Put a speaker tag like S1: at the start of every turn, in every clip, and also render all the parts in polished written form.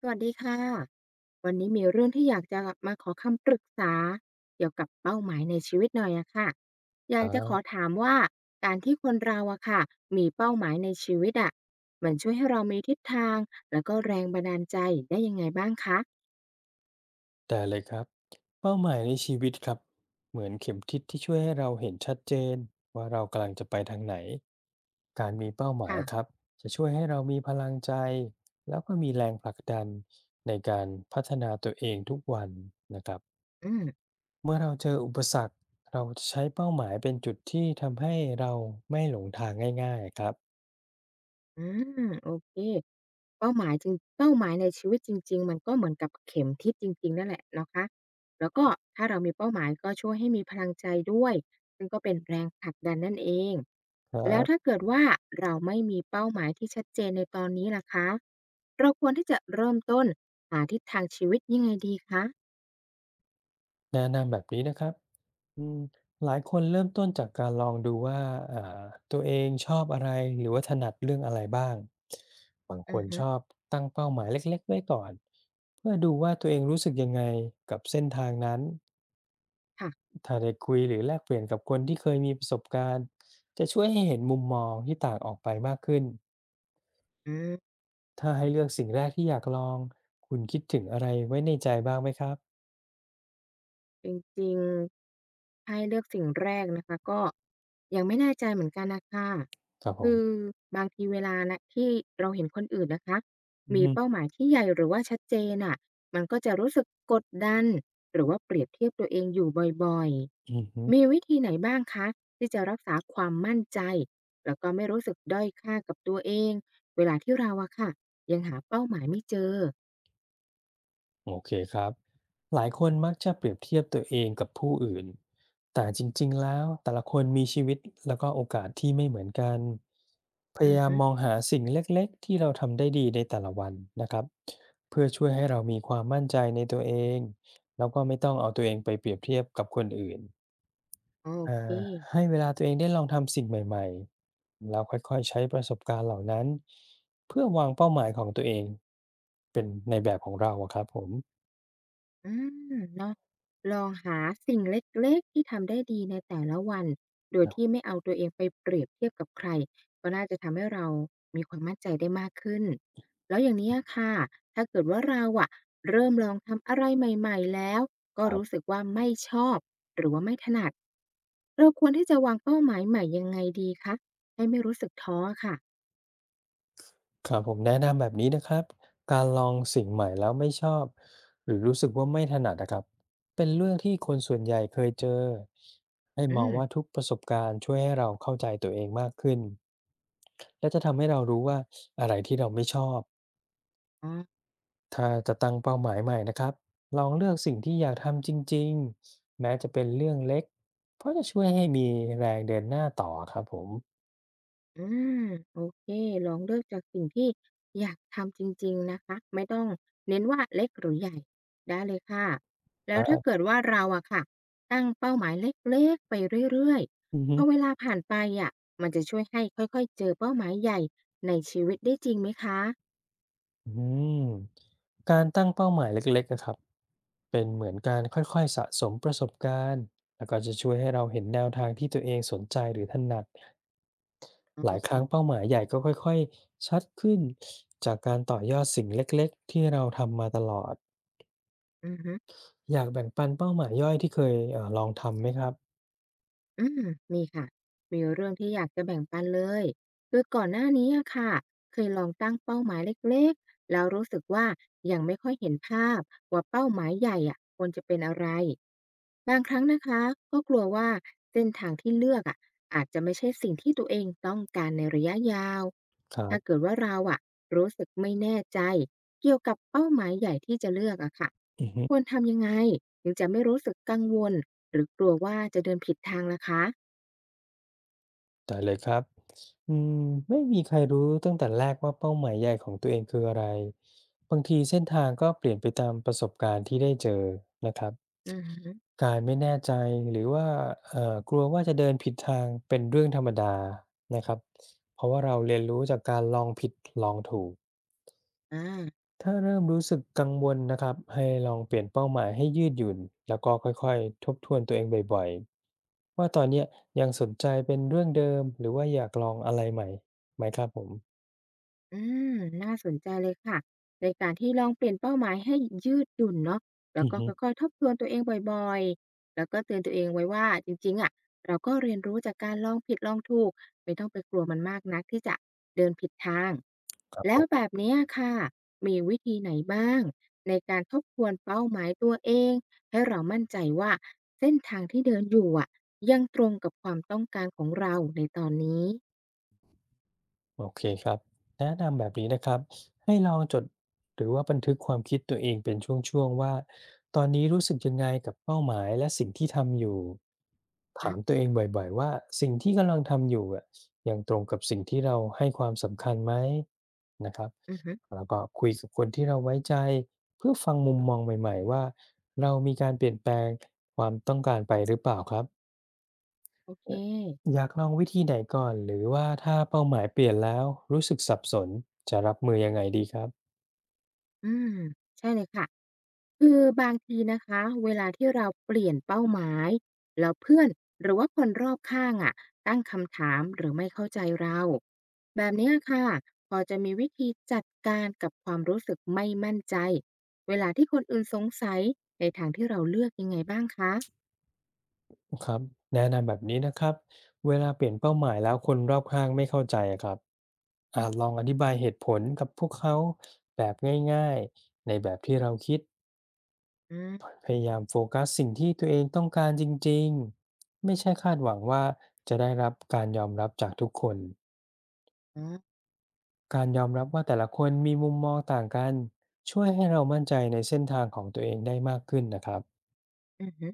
S1: สวัสดีค่ะ วันนี้มีเรื่องที่อยากจะมาขอคำปรึกษาเกี่ยวกับเป้าหมายในชีวิตหน่อยอะค่ะอ
S2: ค
S1: ยา
S2: รั
S1: กจะขอ
S2: บ
S1: ถามว่าการที่คนเราอะค่ะมีเป้าหมายในชีวิตอะมันช่วยให้เรามีทิศทางแล้วก็แรงบันดาลใจได้ยังไงบ้างคะ
S2: แต่เลยครับเป้าหมายในชีวิตครับเหมือนเข็มทิศที่ช่วยให้เราเห็นชัดเจนว่าเรากำลังจะไปทางไหนการมีเป้าหมาย
S1: ค่ะ
S2: ครับจะช่วยให้เรามีพลังใจแล้วก็มีแรงผลักดันในการพัฒนาตัวเองทุกวันนะครับ
S1: อืม
S2: เมื่อเราเจออุปสรรคเราจะใช้เป้าหมายเป็นจุดที่ทำให้เราไม่หลงทางง่ายๆครับ
S1: อาโอเคเป้าหมายจริงเป้าหมายในชีวิตจริงๆมันก็เหมือนกับเข็มทิศจริงๆนั่นแหละนะคะแล้วก็ถ้าเรามีเป้าหมายก็ช่วยให้มีพลังใจด้วยซึ่งก็เป็นแรงผลักดันนั่นเอง
S2: ค
S1: แล้ว
S2: รับ
S1: ถ้าเกิดว่าเราไม่มีเป้าหมายที่ชัดเจนในตอนนี้ล่ะคะเราควรที่จะเริ่มต้นหาทิศทางชีวิตยังไงดีคะ
S2: แนะนำแบบนี้นะครับอืมหลายคนเริ่มต้นจากการลองดูว่าอ่าตัวเองชอบอะไรหรือว่าถนัดเรื่องอะไรบ้างบางค
S1: อือ
S2: น
S1: ฮึ
S2: ชอบตั้งเป้าหมายเล็กๆไว้ก่อนเพื่อดูว่าตัวเองรู้สึกยังไงกับเส้นทางนั้น
S1: ค่ะ
S2: ถ้าได้คุยหรือแลกเปลี่ยนกับคนที่เคยมีประสบการณ์จะช่วยให้เห็นมุมมองที่ต่างออกไปมากขึ้น
S1: อืม
S2: ถ้าให้เลือกสิ่งแรกที่อยากลองคุณคิดถึงอะไรไว้ในใจบ้างไหมครับ
S1: จริงๆให้เลือกสิ่งแรกนะคะก็ยังไม่แน่ใจเหมือนกันน่ะค่ะ
S2: ครับผ
S1: คือ
S2: ม
S1: บางทีเวลานะที่เราเห็นคนอื่นนะคะ
S2: อื
S1: มี
S2: ม
S1: เป้าหมายที่ใหญ่หรือว่าชัดเจนน่ะมันก็จะรู้สึกกดดันหรือว่าเปรียบเทียบตัวเองอยู่บ่อย
S2: อืม
S1: ๆมีวิธีไหนบ้างคะที่จะรักษาความมั่นใจแล้วก็ไม่รู้สึกด้อยค่ากับตัวเองเวลาที่เราอะค่ะยังหาเป้าหมายไม่เจอ
S2: โอเคครับหลายคนมักจะเปรียบเทียบตัวเองกับผู้อื่นแต่จริงๆแล้วแต่ละคนมีชีวิตแล้วก็โอกาสที่ไม่เหมือนกันพ
S1: อื
S2: ยา
S1: อ
S2: ยาม
S1: ฮึ
S2: มองหาสิ่งเล็กๆที่เราทำได้ดีในแต่ละวันนะครับเพื่อช่วยให้เรามีความมั่นใจในตัวเองแล้วก็ไม่ต้องเอาตัวเองไปเปรียบเทียบกับคนอื่น
S1: โอเค
S2: อ่าให้เวลาตัวเองได้ลองทำสิ่งใหม่ๆแล้วค่อยๆใช้ประสบการณ์เหล่านั้นเพื่อวางเป้าหมายของตัวเองเป็นในแบบของเราอะครับผม
S1: อมเนาะลองหาสิ่งเล็กๆที่ทำได้ดีในแต่ละวันโดย
S2: นะ
S1: ที่ไม่เอาตัวเองไปเปรียบเทียบกับใครก็น่าจะทำให้เรามีความมั่นใจได้มากขึ้นแล้วอย่างนี้อะค่ะถ้าเกิดว่าเราอะเริ่มลองทำอะไรใหม่ๆแล้วก็
S2: ครั
S1: รู้
S2: บ
S1: สึกว่าไม่ชอบหรือว่าไม่ถนัดเราควรที่จะวางเป้าหมายใหม่ยังไงดีคะให้ไม่รู้สึกท้อค่ะ
S2: ครับผมแนะนำแบบนี้นะครับการลองสิ่งใหม่แล้วไม่ชอบหรือรู้สึกว่าไม่ถนัดนะครับเป็นเรื่องที่คนส่วนใหญ่เคยเจอให้
S1: อื
S2: มองว่า
S1: ม
S2: ทุกประสบการณ์ช่วยให้เราเข้าใจตัวเองมากขึ้นและจะทำให้เรารู้ว่าอะไรที่เราไม่ชอบ
S1: อ๋อ
S2: ถ้าจะตั้งเป้าหมายใหม่นะครับลองเลือกสิ่งที่อยากทำจริงๆแม้จะเป็นเรื่องเล็กเพราะจะช่วยให้มีแรงเดินหน้าต่อครับผม
S1: อาโอเคลองเลือกจากสิ่งที่อยากทำจริงๆนะคะไม่ต้องเน้นว่าเล็กหรือใหญ่ได้เลยค่ะ
S2: ค
S1: แล้ว
S2: รั
S1: ถ้าเกิ
S2: บ
S1: ดว่าเราอะค่ะตั้งเป้าหมายเล็กๆไปเรื่อย
S2: อือ
S1: ๆพ
S2: ฮึ
S1: อเวลาผ่านไปอะมันจะช่วยให้ค่อยๆเจอเป้าหมายใหญ่ในชีวิตได้จริงไหมคะ
S2: อืมการตั้งเป้าหมายเล็กๆอะครับเป็นเหมือนการค่อยๆสะสมประสบการณ์แล้วก็จะช่วยให้เราเห็นแนวทางที่ตัวเองสนใจหรือถนัด
S1: อ๋
S2: หลา
S1: อ
S2: ยครั้งเป้าหมายใหญ่ก็ค่อยๆชัดขึ้นจากการต่อยอดสิ่งเล็กๆที่เราทำมาตลอด
S1: อือฮึ
S2: อยากแบ่งปันเป้าหมายย่อยที่เคยลองทำไหมครับ
S1: อืมมีค่ะมีเรื่องที่อยากจะแบ่งปันเลยคือก่อนหน้านี้อะค่ะเคยลองตั้งเป้าหมายเล็กๆแล้วรู้สึกว่ายังไม่ค่อยเห็นภาพว่าเป้าหมายใหญ่อะควรจะเป็นอะไรบางครั้งนะคะก็กลัวว่าเส้นทางที่เลือกอะอาจจะไม่ใช่สิ่งที่ตัวเองต้องการในระยะยาว
S2: ครั
S1: ถ้าเกิ
S2: บ
S1: ดว่าเราอะรู้สึกไม่แน่ใจเกี่ยวกับเป้าหมายใหญ่ที่จะเลือกอะค่ะ
S2: อือฮึ
S1: ควรทำยังไงถึงจะไม่รู้สึกกังวลหรือกลัวว่าจะเดินผิดทางล่ะคะ
S2: ได้เลยครับอืมไม่มีใครรู้ตั้งแต่แรกว่าเป้าหมายใหญ่ของตัวเองคืออะไร บางทีเส้นทางก็เปลี่ยนไปตามประสบการณ์ที่ได้เจอนะครับ
S1: อือฮึ
S2: การไม่แน่ใจหรือว่ากลัวว่าจะเดินผิดทางเป็นเรื่องธรรมดานะครับเพราะว่าเราเรียนรู้จากการลองผิดลองถูก
S1: อา
S2: ถ้าเริ่มรู้สึกกังวลนะครับให้ลองเปลี่ยนเป้าหมายให้ยืดหยุ่นแล้วก็ค่อยๆทบทวนตัวเองบ่อยๆว่าตอนเนี้ยยังสนใจเป็นเรื่องเดิมหรือว่าอยากลองอะไรใหม่ไหมครับผม
S1: อมน่าสนใจเลยค่ะในการที่ลองเปลี่ยนเป้าหมายให้ยืดหยุ่นเนาะแล้
S2: อื
S1: ว
S2: อ
S1: ก็
S2: ฮึ
S1: ค่อยๆทบทวนตัวเองบ่อยๆแล้วก็เตือนตัวเองไว้ว่าจริงๆอะเราก็เรียนรู้จากการลองผิดลองถูกไม่ต้องไปกลัวมันมากนักที่จะเดินผิดทาง
S2: ครับผ
S1: แล้วแบ
S2: ม
S1: บเนี้ยค่ะมีวิธีไหนบ้างในการทบทวนเป้าหมายตัวเองให้เรามั่นใจว่าเส้นทางที่เดินอยู่อะยังตรงกับความต้องการของเราในตอนนี้
S2: โอเคครับแนะนำแบบนี้นะครับให้ลองจดหรือว่าบันทึกความคิดตัวเองเป็นช่วงๆว่าตอนนี้รู้สึกยังไงกับเป้าหมายและสิ่งที่ทำอยู่ถามตัว
S1: อา
S2: เองบ่อยๆว่าสิ่งที่กำลังทำอยู่อะยังตรงกับสิ่งที่เราให้ความสำคัญไหมนะครับ
S1: อือฮึ
S2: แล้วก็คุยกับคนที่เราไว้ใจเพื่อฟังมุมมองใหม่ๆว่าเรามีการเปลี่ยนแปลงความต้องการไปหรือเปล่าครับ
S1: โอเค
S2: เอออยากลองวิธีไหนก่อนหรือว่าถ้าเป้าหมายเปลี่ยนแล้วรู้สึกสับสนจะรับมือยังไงดีครับ
S1: อมใช่เลยค่ะคือบางทีนะคะเวลาที่เราเปลี่ยนเป้าหมายแล้วเพื่อนหรือว่าคนรอบข้างอะตั้งคำถามหรือไม่เข้าใจเราแบบเนี้ยค่ะพอจะมีวิธีจัดการกับความรู้สึกไม่มั่นใจเวลาที่คนอื่นสงสัยในทางที่เราเลือกยังไงบ้างคะ
S2: ครับแนะนำแบบนี้นะครับเวลาเปลี่ยนเป้าหมายแล้วคนรอบข้างไม่เข้าใจอะครับลองอธิบายเหตุผลกับพวกเขาแบบง่ายๆในแบบที่เราคิด
S1: อืม
S2: พยายามโฟกัสสิ่งที่ตัวเองต้องการจริงๆไม่ใช่คาดหวังว่าจะได้รับการยอมรับจากทุกคน
S1: อ๋อ
S2: การยอมรับว่าแต่ละคนมีมุมมองต่างกันช่วยให้เรามั่นใจในเส้นทางของตัวเองได้มากขึ้นนะครับ
S1: อือ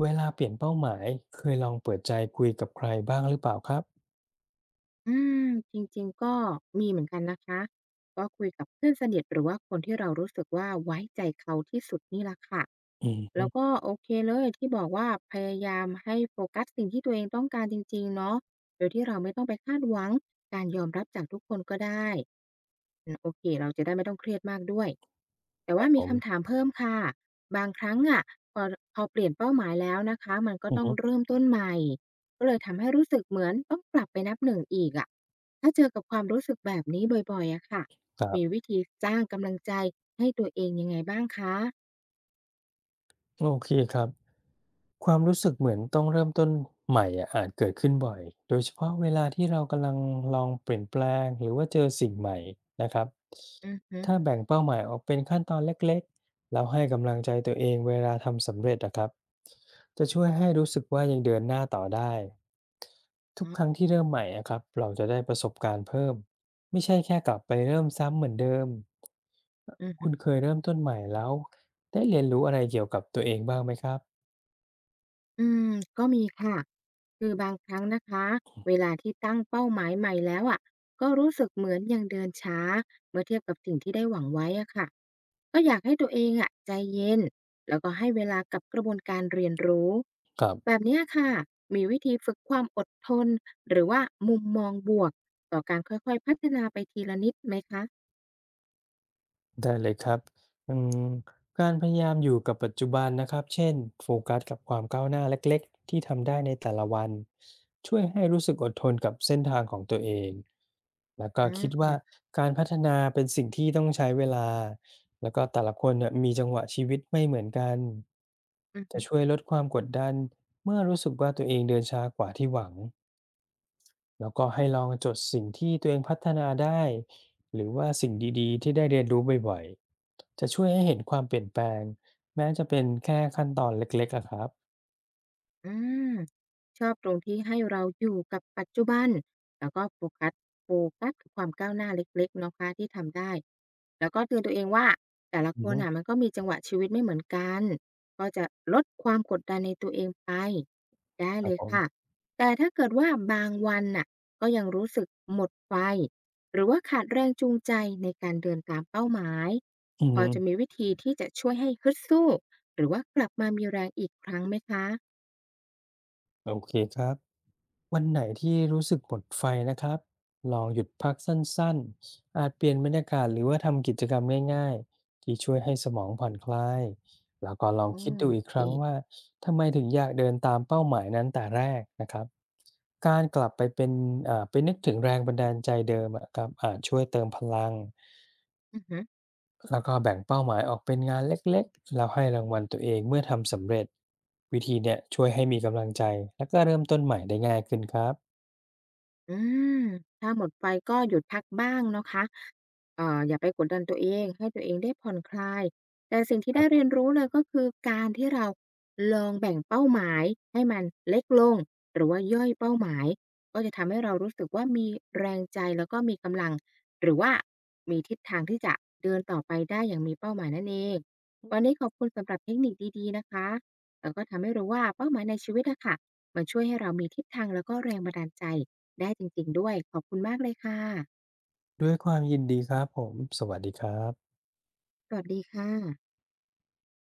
S2: เวลาเปลี่ยนเป้าหมายเคยลองเปิดใจคุยกับใครบ้างหรือเปล่าครับ
S1: อืมจริงๆก็มีเหมือนกันนะคะก็คุยกับเพื่อนสนิทหรือว่าคนที่เรารู้สึกว่าไว้ใจเขาที่สุดนี่แหละค่ะ
S2: อื
S1: แล้ว
S2: ม
S1: ก็โอเคเลยที่บอกว่าพยายามให้โฟกัสสิ่งที่ตัวเองต้องการจริงๆเนาะโดยที่เราไม่ต้องไปคาดหวังการยอมรับจากทุกคนก็ได้อืมโอเคเราจะได้ไม่ต้องเครียดมากด้วยแต่
S2: ครั
S1: ว่า
S2: บผ
S1: มี
S2: ม
S1: คำถามเพิ่มค่ะบางครั้งอะพอพอเปลี่ยนเป้าหมายแล้วนะคะมันก็ต้อง
S2: อืม
S1: เริ่มต้นใหม่ ก็เลยทำให้รู้สึกเหมือนต้องกลับไปนับหนึ่งอีกอะถ้าเจอกับความรู้สึกแบบนี้บ่อยๆอะค่ะ
S2: ครั
S1: มี
S2: บ
S1: วิธีสร้างกำลังใจให้ตัวเองยังไงบ้างคะ
S2: โอเคครับความรู้สึกเหมือนต้องเริ่มต้นใหม่อะอาจเกิดขึ้นบ่อยโดยเฉพาะเวลาที่เรากำลังลองเปลี่ยนแปลงหรือว่าเจอสิ่งใหม่นะครับ
S1: อือฮึ
S2: ถ้าแบ่งเป้าหมายออกเป็นขั้นตอนเล็กๆแล้วให้กำลังใจตัวเองเวลาทำสำเร็จนะครับจะช่วยให้รู้สึกว่ายังเดินหน้าต่อได้ทุก
S1: อ๋อ
S2: ครั้งที่เริ่มใหม่อะครับเราจะได้ประสบการณ์เพิ่มไม่ใช่แค่กลับไปเริ่มซ้ำเหมือนเดิม
S1: อือฮึ
S2: คุณเคยเริ่มต้นใหม่แล้วได้เรียนรู้อะไรเกี่ยวกับตัวเองบ้างไหมครับ
S1: อืมก็มีค่ะคือบางครั้งนะคะเวลาที่ตั้งเป้าหมายใหม่แล้วอ่ะก็รู้สึกเหมือนยังเดินช้าเมื่อเทียบกับสิ่งที่ได้หวังไว้อ่ะค่ะก็อยากให้ตัวเองอ่ะใจเย็นแล้วก็ให้เวลากับกระบวนการเรียนรู้
S2: ครั
S1: แบบ
S2: บ
S1: เนี้ยค่ะมีวิธีฝึกความอดทนหรือว่ามุมมองบวกต่อการค่อยๆพัฒนาไปทีละนิดไหมคะ
S2: ได้เลยครับอืมการพยายามอยู่กับปัจจุบันนะครับเช่นโฟกัสกับความก้าวหน้าเล็กๆที่ทำได้ในแต่ละวันช่วยให้รู้สึกอดทนกับเส้นทางของตัวเองแล้วก็
S1: อ่า
S2: คิด
S1: อื
S2: ว่า
S1: อ
S2: การพัฒนาเป็นสิ่งที่ต้องใช้เวลาแล้วก็แต่ละคนเนี่ยมีจังหวะชีวิตไม่เหมือนกัน
S1: ฮ
S2: จะ
S1: ึ
S2: ช่วยลดความกดดันเมื่อรู้สึกว่าตัวเองเดินช้ากว่าที่หวัง แล้วก็ให้ลองจดสิ่งที่ตัวเองพัฒนาได้หรือว่าสิ่งดีๆที่ได้เรียนรู้บ่อยๆจะช่วยให้เห็นความเปลี่ยนแปลงแม้จะเป็นแค่ขั้นตอนเล็กๆอะครับ
S1: อืมชอบตรงที่ให้เราอยู่กับปัจจุบันแล้วก็โฟกัสกับความก้าวหน้าเล็กๆเนาะคะที่ทำได้แล้วก็เตือนตัวเองว่าแต่ละ
S2: อื
S1: ค
S2: อ
S1: น
S2: ฮึ
S1: อ่ะมันก็มีจังหวะชีวิตไม่เหมือนกันก็จะลดความกดดันในตัวเองไปได้
S2: ครั
S1: เล
S2: บ
S1: ย
S2: ผม
S1: ค่ะแต่ถ้าเกิดว่าบางวันน่ะก็ยังรู้สึกหมดไฟหรือว่าขาดแรงจูงใจในการเดินตามเป้าหมาย
S2: อือ
S1: พอ
S2: ฮึ
S1: จะมีวิธีที่จะช่วยให้ฮึดสู้หรือว่ากลับมามีแรงอีกครั้งไหมคะ
S2: โอเคครับ วันไหนที่รู้สึกหมดไฟนะครับลองหยุดพักสั้นๆอาจเปลี่ยนบรรยากาศหรือว่าทำกิจกรรมง่ายๆที่ช่วยให้สมองผ่อนคลายแล้วก็ลอง
S1: โอ
S2: คิดดูอีกค
S1: เค
S2: รั้งว่าทำไมถึงอยากเดินตามเป้าหมายนั้นแต่แรกนะครับการกลับไปเป็นไปนึกถึงแรงบันดาลใจเดิมอะครับอาจช่วยเติมพลัง
S1: อือฮึ
S2: แล้วก็แบ่งเป้าหมายออกเป็นงานเล็กๆแล้วให้รางวัลตัวเองเมื่อทำสำเร็จวิธีเนี่ยช่วยให้มีกำลังใจและก็เริ่มต้นใหม่ได้ง่ายขึ้นครับ
S1: อืมถ้าหมดไฟก็หยุดพักบ้างนะคะอย่าไปกดดันตัวเองให้ตัวเองได้ผ่อนคลายแต่สิ่งที่ได้เรียนรู้เลยก็คือการที่เราลองแบ่งเป้าหมายให้มันเล็กลงหรือว่าย่อยเป้าหมายก็จะทำให้เรารู้สึกว่ามีแรงใจแล้วก็มีกำลังหรือว่ามีทิศทางที่จะเดินต่อไปได้อย่างมีเป้าหมายนั่นเองวันนี้ขอบคุณสำหรับเทคนิคดีๆนะคะแล้วก็ทำให้รู้ว่าเป้าหมายในชีวิตอะค่ะมันช่วยให้เรามีทิศทางแล้วก็แรงบันดาลใจ ได้จริงๆด้วยขอบคุณมากเลยค่ะ
S2: ด้วยความยินดีครับผมสวัสดีครับ
S1: สวัสดีค่ะ